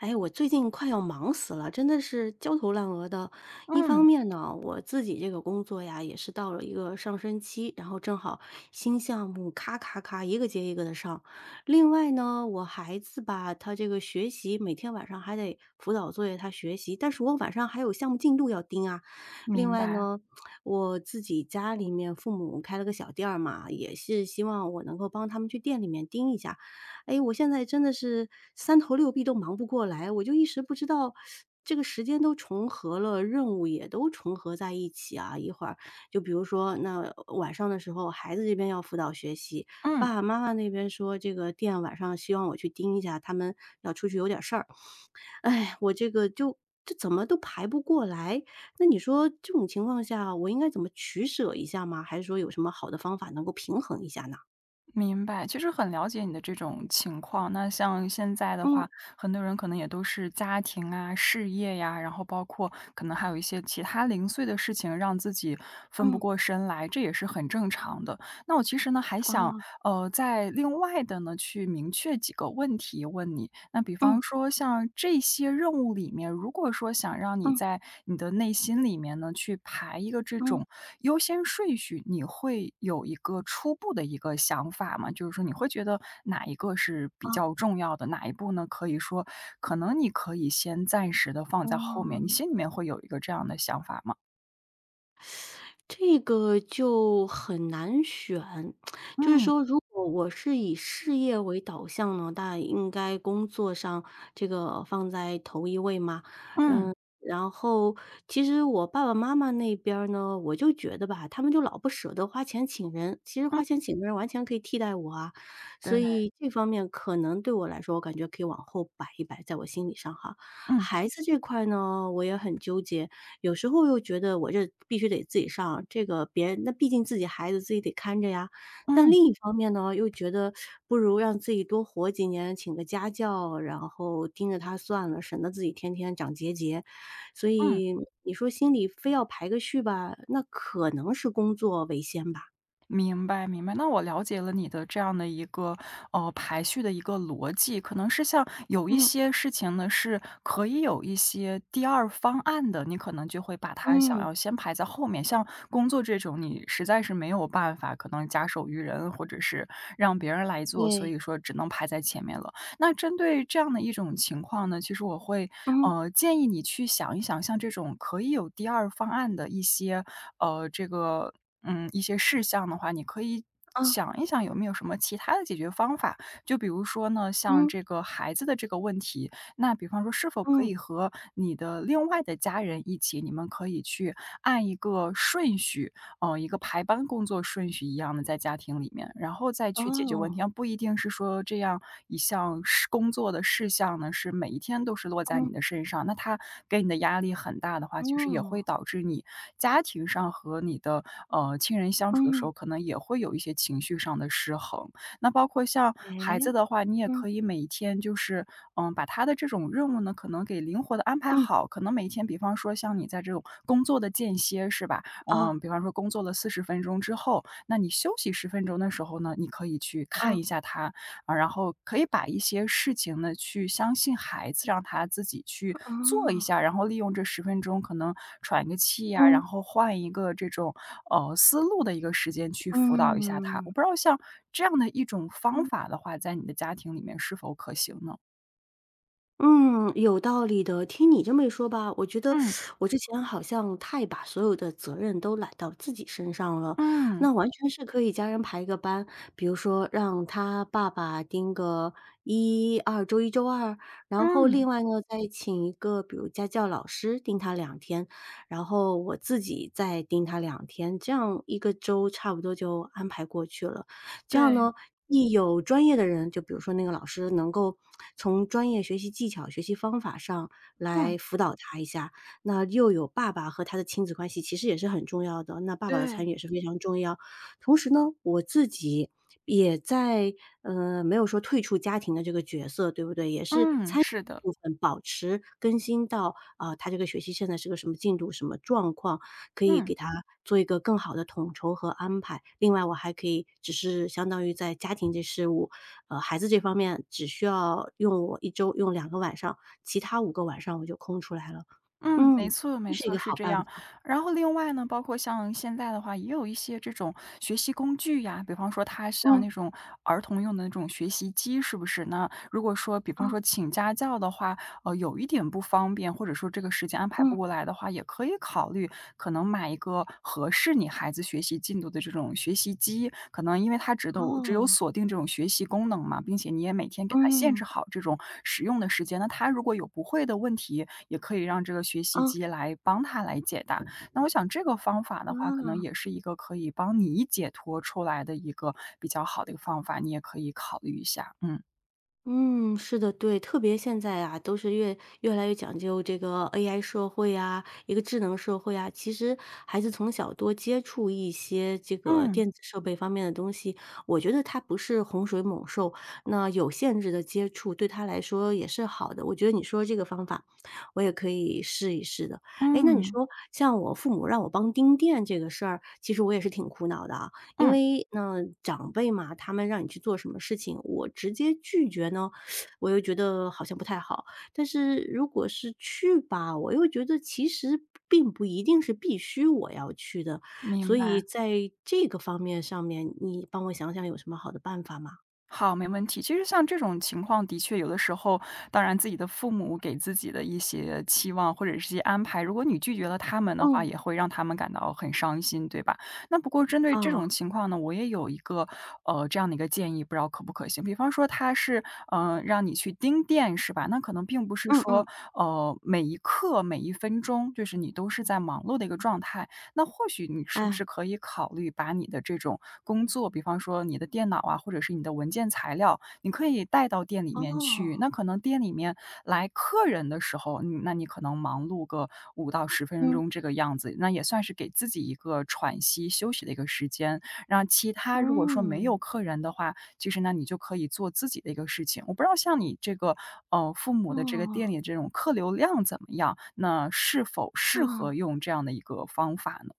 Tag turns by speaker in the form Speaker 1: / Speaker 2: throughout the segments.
Speaker 1: 哎，我最近快要忙死了，真的是焦头烂额的。一方
Speaker 2: 嗯，
Speaker 1: 面呢，我自己这个工作呀，也是到了一个上升期，然后正好新项目咔咔咔一个接一个的上。另外呢，我孩子吧，他这个学习每天晚上还得辅导作业，他学习，但是我晚上还有项目进度要盯啊。另
Speaker 2: 明
Speaker 1: 外
Speaker 2: 白，
Speaker 1: 呢，我自己家里面父母开了个小店儿嘛，也是希望我能够帮他们去店里面盯一下。哎，我现在真的是三头六臂都忙不过来，我就一时不知道这个时间都重合了，任务也都重合在一起啊。一会儿就比如说，那晚上的时候，孩子这边要辅导学习，
Speaker 2: 嗯，
Speaker 1: 爸爸妈妈那边说这个店晚上希望我去盯一下，他们要出去有点事儿。哎，我这个就这怎么都排不过来。那你说这种情况下，我应该怎么取舍一下吗？还是说有什么好的方法能够平衡一下呢？
Speaker 2: 明白。其实很了解你的这种情况。那像现在的话，
Speaker 1: 嗯
Speaker 2: 很多人可能也都是家庭啊、事业呀，然后包括可能还有一些其他零碎的事情，让自己分不
Speaker 1: 嗯
Speaker 2: 过身来，这也是很正常的。那我其实呢，还想
Speaker 1: 啊
Speaker 2: 再另外的呢，去明确几个问题问你。那比
Speaker 1: 嗯
Speaker 2: 方说像这些任务里面，如果说想让你
Speaker 1: 嗯
Speaker 2: 在你的内心里面呢，去排一个这
Speaker 1: 嗯。
Speaker 2: 种优先顺序，你会有一个初步的一个想法吗？就是说你会觉得哪一个是比
Speaker 1: 啊，
Speaker 2: 较重要的，哪一步呢，可以说可能你可以先暂时的放在后面，你
Speaker 1: 嗯，
Speaker 2: 心里面会有一个这样的想法吗？
Speaker 1: 这个就很难选。就是
Speaker 2: 嗯，
Speaker 1: 说，如果我是以事业为导向呢，那应该工作上这个放在头一位嘛。
Speaker 2: 嗯，
Speaker 1: 嗯，然后其实我爸爸妈妈那边儿呢，我就觉得吧，他们就老不舍得花钱请人，其实花钱请人完全可以替代我啊。
Speaker 2: 对，
Speaker 1: 所以这方面可能对我来说，我感觉可以往后摆一摆，在我心理上哈。
Speaker 2: 嗯，
Speaker 1: 孩子这块呢，我也很纠结。有时候又觉得我这必须得自己上，这个别人那毕竟自己孩子自己得看着呀。但
Speaker 2: 嗯，
Speaker 1: 另一方面呢，又觉得不如让自己多活几年，请个家教，然后盯着他算了，省得自己天天长结节。所
Speaker 2: 嗯。
Speaker 1: 以你说心里非要排个序吧，那可能是工作为先吧。
Speaker 2: 明白明白，那我了解了你的这样的一个排序的一个逻辑，可能是像有一
Speaker 1: 嗯
Speaker 2: 些事情呢是可以有一些第二方案的，你可能就会把它想
Speaker 1: 嗯，
Speaker 2: 要先排在后面。像工作这种，你实在是没有办法，可能假手于人或者是让别人来做，所
Speaker 1: 对，
Speaker 2: 以说只能排在前面了。那针对这样的一种情况呢，其实我会
Speaker 1: 嗯
Speaker 2: 建议你去想一想，像这种可以有第二方案的一些呃这个一些事项的话，你可以
Speaker 1: 啊，
Speaker 2: 想一想有没有什么其他的解决方法。就比如说呢，像
Speaker 1: 嗯
Speaker 2: 这个孩子的这个问题，那比方说是否可
Speaker 1: 嗯，
Speaker 2: 以和你的另外的家人一起，你们可以去按一个顺序，嗯，一个排班工作顺序一样的在家庭里面，然后再去解决问
Speaker 1: 哦，
Speaker 2: 题。而不一定是说这样一项事工作的事项呢，是每一天都是落在
Speaker 1: 嗯
Speaker 2: 你的身上，那他给你的压力很大的话，其实也
Speaker 1: 嗯
Speaker 2: 会导致你家庭上和你的亲人相处的时
Speaker 1: 嗯，
Speaker 2: 候，可能也会有一些情绪上的失衡。那包括像
Speaker 1: 哎，
Speaker 2: 孩子的话，你也
Speaker 1: 嗯
Speaker 2: 可以每天就是，嗯，把他的这种任务呢，可能给灵活的安排
Speaker 1: 嗯，
Speaker 2: 好。可能每天比方说像你在这种工作的间歇是吧？
Speaker 1: 啊
Speaker 2: 嗯，比方说工作了40分钟之后，那你休息十分钟的时候呢，你可以去看
Speaker 1: 啊
Speaker 2: 一下他，啊，然后可以把一些事情呢，去相信孩子，让他自己去做一
Speaker 1: 啊
Speaker 2: 下，然后利用这十分钟可能喘个气呀，然
Speaker 1: 嗯。
Speaker 2: 后换一个这种，思路的一个时间去辅导一下他。我
Speaker 1: 嗯，
Speaker 2: 不知道像这样的一种方
Speaker 1: 嗯
Speaker 2: 法的话，在你的家庭里面是否可行呢？
Speaker 1: 嗯，有道理的。听你这么一说吧，我觉得
Speaker 2: 嗯，
Speaker 1: 我之前好像太把所有的责任都揽到自己身上了，
Speaker 2: 嗯，
Speaker 1: 那完全是可以家人排一个班，比如说让他爸爸盯个一、二，周一、周二，然后
Speaker 2: 嗯，
Speaker 1: 另外呢，再请一个比如家教老师盯他两天，然后我自己再盯他两天，这样一个周差不多就安排过去了。这样
Speaker 2: 对，
Speaker 1: 呢一有专业的人，就比如说那个老师能够从专业学习技巧、学习方法上
Speaker 2: 嗯，
Speaker 1: 来辅导他一下，那又有爸爸和他的亲子关系，其实也是很重要的，那爸爸的参
Speaker 2: 对，
Speaker 1: 与也是非常重要。同时呢，我自己也在，没有说退出家庭的这个角色，对不对？也是
Speaker 2: 嗯，
Speaker 1: 参与
Speaker 2: 是的，
Speaker 1: 部分保持更新到，啊，他这个学习现在是个什么进度、什么状况，可以
Speaker 2: 嗯。
Speaker 1: 给他做一个更好的统筹和安排。另外我还可以只是相当于在家庭这事务，孩子这方面只需要用我一周用两个晚上，其他五个晚上我就空出来了。
Speaker 2: 嗯，没
Speaker 1: 嗯，
Speaker 2: 错
Speaker 1: 这
Speaker 2: 没
Speaker 1: 是一
Speaker 2: 错，
Speaker 1: 个
Speaker 2: 是
Speaker 1: 好
Speaker 2: 这
Speaker 1: 办
Speaker 2: 样。
Speaker 1: 法。
Speaker 2: 然后另外呢，包括像现在的话，也有一些这种学习工具呀，比方说它像
Speaker 1: 嗯，
Speaker 2: 那种儿童用的那种学习机，是不是？那如果说比方
Speaker 1: 啊，
Speaker 2: 说请家教的话，有一点不方便，或者说这个时间安排不
Speaker 1: 嗯，
Speaker 2: 过来的话，也可以考虑可能买一个合适你孩子学习进度的这种学习机。可能因为它只
Speaker 1: 哦，
Speaker 2: 有锁定这种学习功能嘛，并且你也每天给他限
Speaker 1: 嗯，
Speaker 2: 制好这种使用的时间。那他如果有不会的问题，也可以让这个学习
Speaker 1: 啊，
Speaker 2: 机来帮他来解答。那我想这个方法的话，可能
Speaker 1: 啊。
Speaker 2: 也是一个可以帮你解脱出来的一个比较好的一个方法，你也可以考虑一下。嗯
Speaker 1: 嗯，是的，对，特别现在啊，都是越来越讲究这个 AI 社会啊，一个智能社会啊。其实孩子从小多接触一些这个
Speaker 2: 嗯
Speaker 1: 电子设备方面的东西，我觉得他不是洪水猛兽，那有限制的接触对他来说也是好的。我觉得你说这个方法，我也可以试一试的。哎，那你
Speaker 2: 嗯
Speaker 1: 说像我父母让我帮盯店这个事儿，其实我也是挺苦恼的啊。因
Speaker 2: 嗯，
Speaker 1: 为呢，长辈嘛，他们让你去做什么事情，我直接拒绝呢，我又觉得好像不太好。但是如果是去吧，我又觉得其实并不一定是必须我要去的。所
Speaker 2: 明
Speaker 1: 以
Speaker 2: 白。
Speaker 1: 在这个方面上面，你帮我想想有什么好的办法吗？
Speaker 2: 好，没问题。其实像这种情况，的确有的时候，当然自己的父母给自己的一些期望或者是一些安排，如果你拒绝了他们的话，
Speaker 1: 嗯，
Speaker 2: 也会让他们感到很伤心，对吧？那不过针对这
Speaker 1: 哦，
Speaker 2: 种情况呢，我也有一个这样的一个建议，不知道可不可行。比方说，他是让你去盯店是吧？那可能并不是
Speaker 1: 嗯嗯，
Speaker 2: 说每一刻每一分钟，就是你都是在忙碌的一个状态。那或许你是不
Speaker 1: 哎，
Speaker 2: 是可以考虑把你的这种工作，比方说你的电脑啊，或者是你的文件材料，你可以带到店里面
Speaker 1: 哦，
Speaker 2: 去。那可能店里面来客人的时候，嗯，那你可能忙碌个五到十分
Speaker 1: 嗯，
Speaker 2: 钟这个样子，那也算是给自己一个喘息休息的一个时间。让其他如果说没
Speaker 1: 嗯，
Speaker 2: 有客人的话，其实呢，你就可以做自己的一个事情。我不知道像你这个，父母的这个
Speaker 1: 哦，
Speaker 2: 店里这种客流量怎么样，那是否适合
Speaker 1: 啊。
Speaker 2: 用这样的一个方法呢？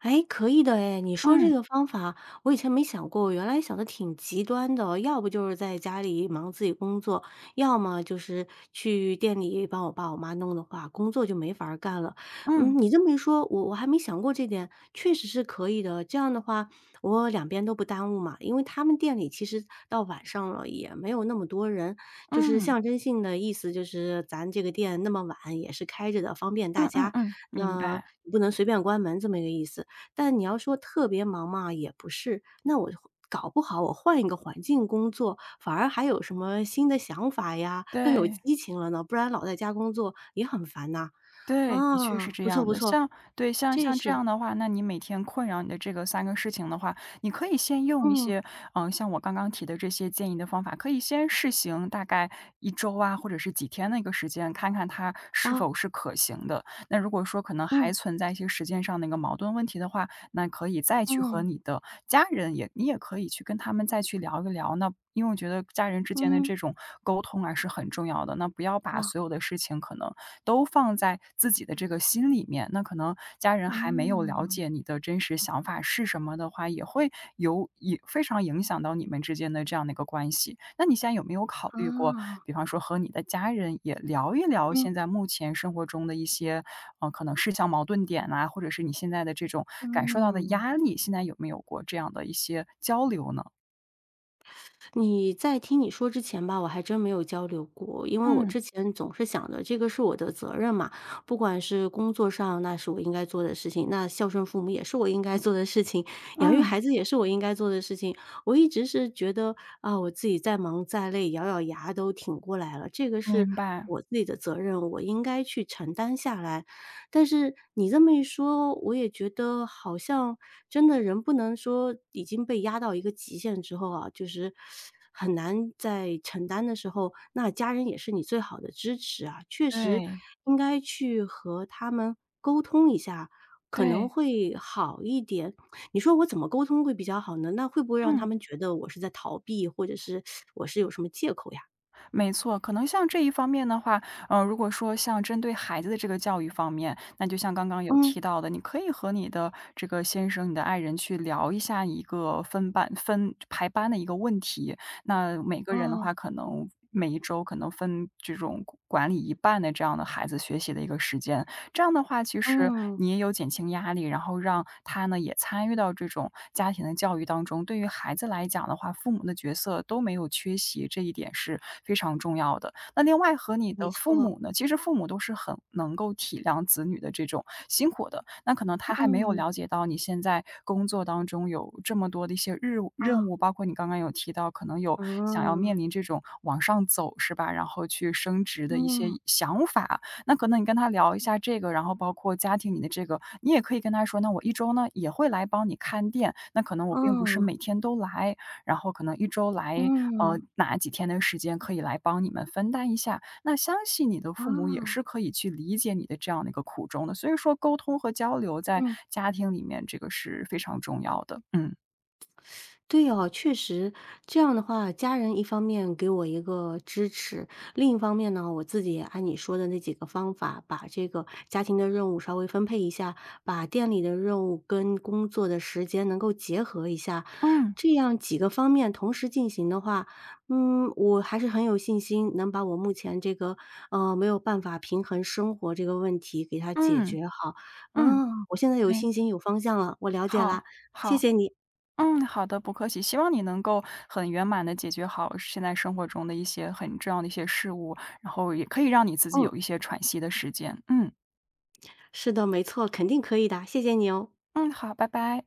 Speaker 1: 哎，可以的哎，你说这
Speaker 2: 嗯，
Speaker 1: 个方法我以前没想过，我原来想的挺极端的，要不就是在家里忙自己工作，要么就是去店里帮我爸我妈弄的话，工作就没法儿干了。
Speaker 2: 嗯，
Speaker 1: 嗯，你这么一说，我还没想过这点，确实是可以的。这样的话，我两边都不耽误嘛，因为他们店里其实到晚上了也没有那么多人，就是
Speaker 2: 嗯，
Speaker 1: 象征性的意思，就是咱这个店那么晚也是开着的，方便
Speaker 2: 嗯
Speaker 1: 大
Speaker 2: 嗯
Speaker 1: 家，
Speaker 2: 嗯，明
Speaker 1: 那
Speaker 2: 白，
Speaker 1: 不能随便关门这么一个意思。但你要说特别忙嘛，也不是。那我搞不好我换一个环境工作，反而还有什么新的想法呀，更有
Speaker 2: 对。
Speaker 1: 激情了呢，不然老在家工作也很烦呐。
Speaker 2: 对，的确是
Speaker 1: 啊，
Speaker 2: 这
Speaker 1: 不错
Speaker 2: 样
Speaker 1: 不
Speaker 2: 的。
Speaker 1: 错，
Speaker 2: 像对，像
Speaker 1: 这
Speaker 2: 像这
Speaker 1: 是
Speaker 2: 样的话，那你每天困扰你的这个三个事情的话，你可以先用一
Speaker 1: 嗯，
Speaker 2: 些，嗯，像我刚刚提的这些建议的方法，可以先试行大概一周啊，或者是几天的一个时间，看看它是
Speaker 1: 啊，
Speaker 2: 否是可行的。那如果说可能
Speaker 1: 嗯，
Speaker 2: 还存在一些时间上的一个矛盾问题的话，那可以再去和
Speaker 1: 嗯，
Speaker 2: 你的家人也你也可以去跟他们再去聊一聊。那因为我觉得家人之间的
Speaker 1: 嗯，
Speaker 2: 这种沟通啊，是很重要的，那不要把
Speaker 1: 啊，
Speaker 2: 所有的事情可能都放在自己的这个心里面，那可能家人还没有了
Speaker 1: 嗯，
Speaker 2: 解你的真实想法是什么的话，也会有也非常影响到你们之间的这样的一个关系。那你现在有没有考虑过，
Speaker 1: 啊，
Speaker 2: 比方说和你的家人也聊一聊
Speaker 1: 嗯，
Speaker 2: 现在目前生活中的一些，可能事项矛盾点啊，或者是你现在的这种感受到的
Speaker 1: 嗯。
Speaker 2: 压力，现在有没有过这样的一些交流呢？
Speaker 1: 你在听你说之前吧，我还真没有交流过，因为我
Speaker 2: 嗯，
Speaker 1: 之前总是想着这个是我的责任嘛，不管是工作上，那是我应该做的事情，那孝顺父母也是我应该做的事情，养育
Speaker 2: 嗯，
Speaker 1: 孩子也是我应该做的事情。我一直是觉得啊，我自己再忙再累，咬咬牙都挺过来了，这个是
Speaker 2: 明白，
Speaker 1: 我自己的责任，我应该去承担下来。但是你这么一说，我也觉得好像真的人不能说已经被压到一个极限之后啊，就是很难再承担的时候，那家人也是你最好的支持啊。确实
Speaker 2: 对，
Speaker 1: 应该去和他们沟通一下，可能
Speaker 2: 对，
Speaker 1: 会好一点。你说我怎么沟通会比较好呢？那会不会让他
Speaker 2: 嗯。
Speaker 1: 们觉得我是在逃避，或者是我是有什么借口呀？
Speaker 2: 没错，可能像这一方面的话，如果说像针对孩子的这个教育方面，那就像刚刚有
Speaker 1: 嗯，
Speaker 2: 提到的，你可以和你的这个先生、你的爱人去聊一下一个分班、分排班的一个问题。那每个人的话，
Speaker 1: 啊
Speaker 2: 可能每一周可能分这种管理一半的这样的孩子学习的一个时间。这样的话，其实
Speaker 1: 嗯，
Speaker 2: 你也有减轻压力，然后让他呢也参与到这种家庭的教育当中。对于孩子来讲的话，父母的角色都没有缺席，这一点是非常重要的。那另外和你
Speaker 1: 没
Speaker 2: 的父
Speaker 1: 错，
Speaker 2: 母呢，其实父母都是很能够体谅子女的这种辛苦的。那可能他还没有
Speaker 1: 嗯，
Speaker 2: 了解到你现在工作当中有这么多的一些日务任
Speaker 1: 啊，
Speaker 2: 务，包括你刚刚有提到，可能有想要
Speaker 1: 嗯。
Speaker 2: 面临这种往上走是吧，然后去升职的一些
Speaker 1: 嗯，
Speaker 2: 想法。那可能你跟他聊一下这个，然后包括家庭里的这个，你也可以跟他说，那我一周呢也会来帮你看店，那可能我并不是
Speaker 1: 嗯，
Speaker 2: 每天都来，然后可能一周来
Speaker 1: 嗯，
Speaker 2: 哪几天的时间可以来帮你们分担一下。那相信你的
Speaker 1: 啊，
Speaker 2: 父母也是可以去理解你的这样的一个苦衷的，所以说沟通和交流在
Speaker 1: 嗯。
Speaker 2: 家庭里面这个是非常重要的。嗯
Speaker 1: 对哦，确实，这样的话，家人一方面给我一个支持，另一方面呢，我自己也按你说的那几个方法，把这个家庭的任务稍微分配一下，把店里的任务跟工作的时间能够结合一下，
Speaker 2: 嗯
Speaker 1: 这样几个方面同时进行的话，嗯，我还是很有信心能把我目前这个，没有办法平衡生活这个问题给它解
Speaker 2: 嗯
Speaker 1: 决好。
Speaker 2: 嗯，
Speaker 1: 嗯，我现在有
Speaker 2: 没
Speaker 1: 信
Speaker 2: 错
Speaker 1: 心、有方向了，我了解啦，
Speaker 2: 好
Speaker 1: 谢
Speaker 2: 好。
Speaker 1: 谢你，
Speaker 2: 嗯，好的，不客气。希望你能够很圆满的解决好现在生活中的一些很重要的一些事物，然后也可以让你自己
Speaker 1: 嗯。
Speaker 2: 有一些喘息的时间。嗯
Speaker 1: 是的，没错，肯定可以的，谢谢你哦。
Speaker 2: 嗯，好，拜拜。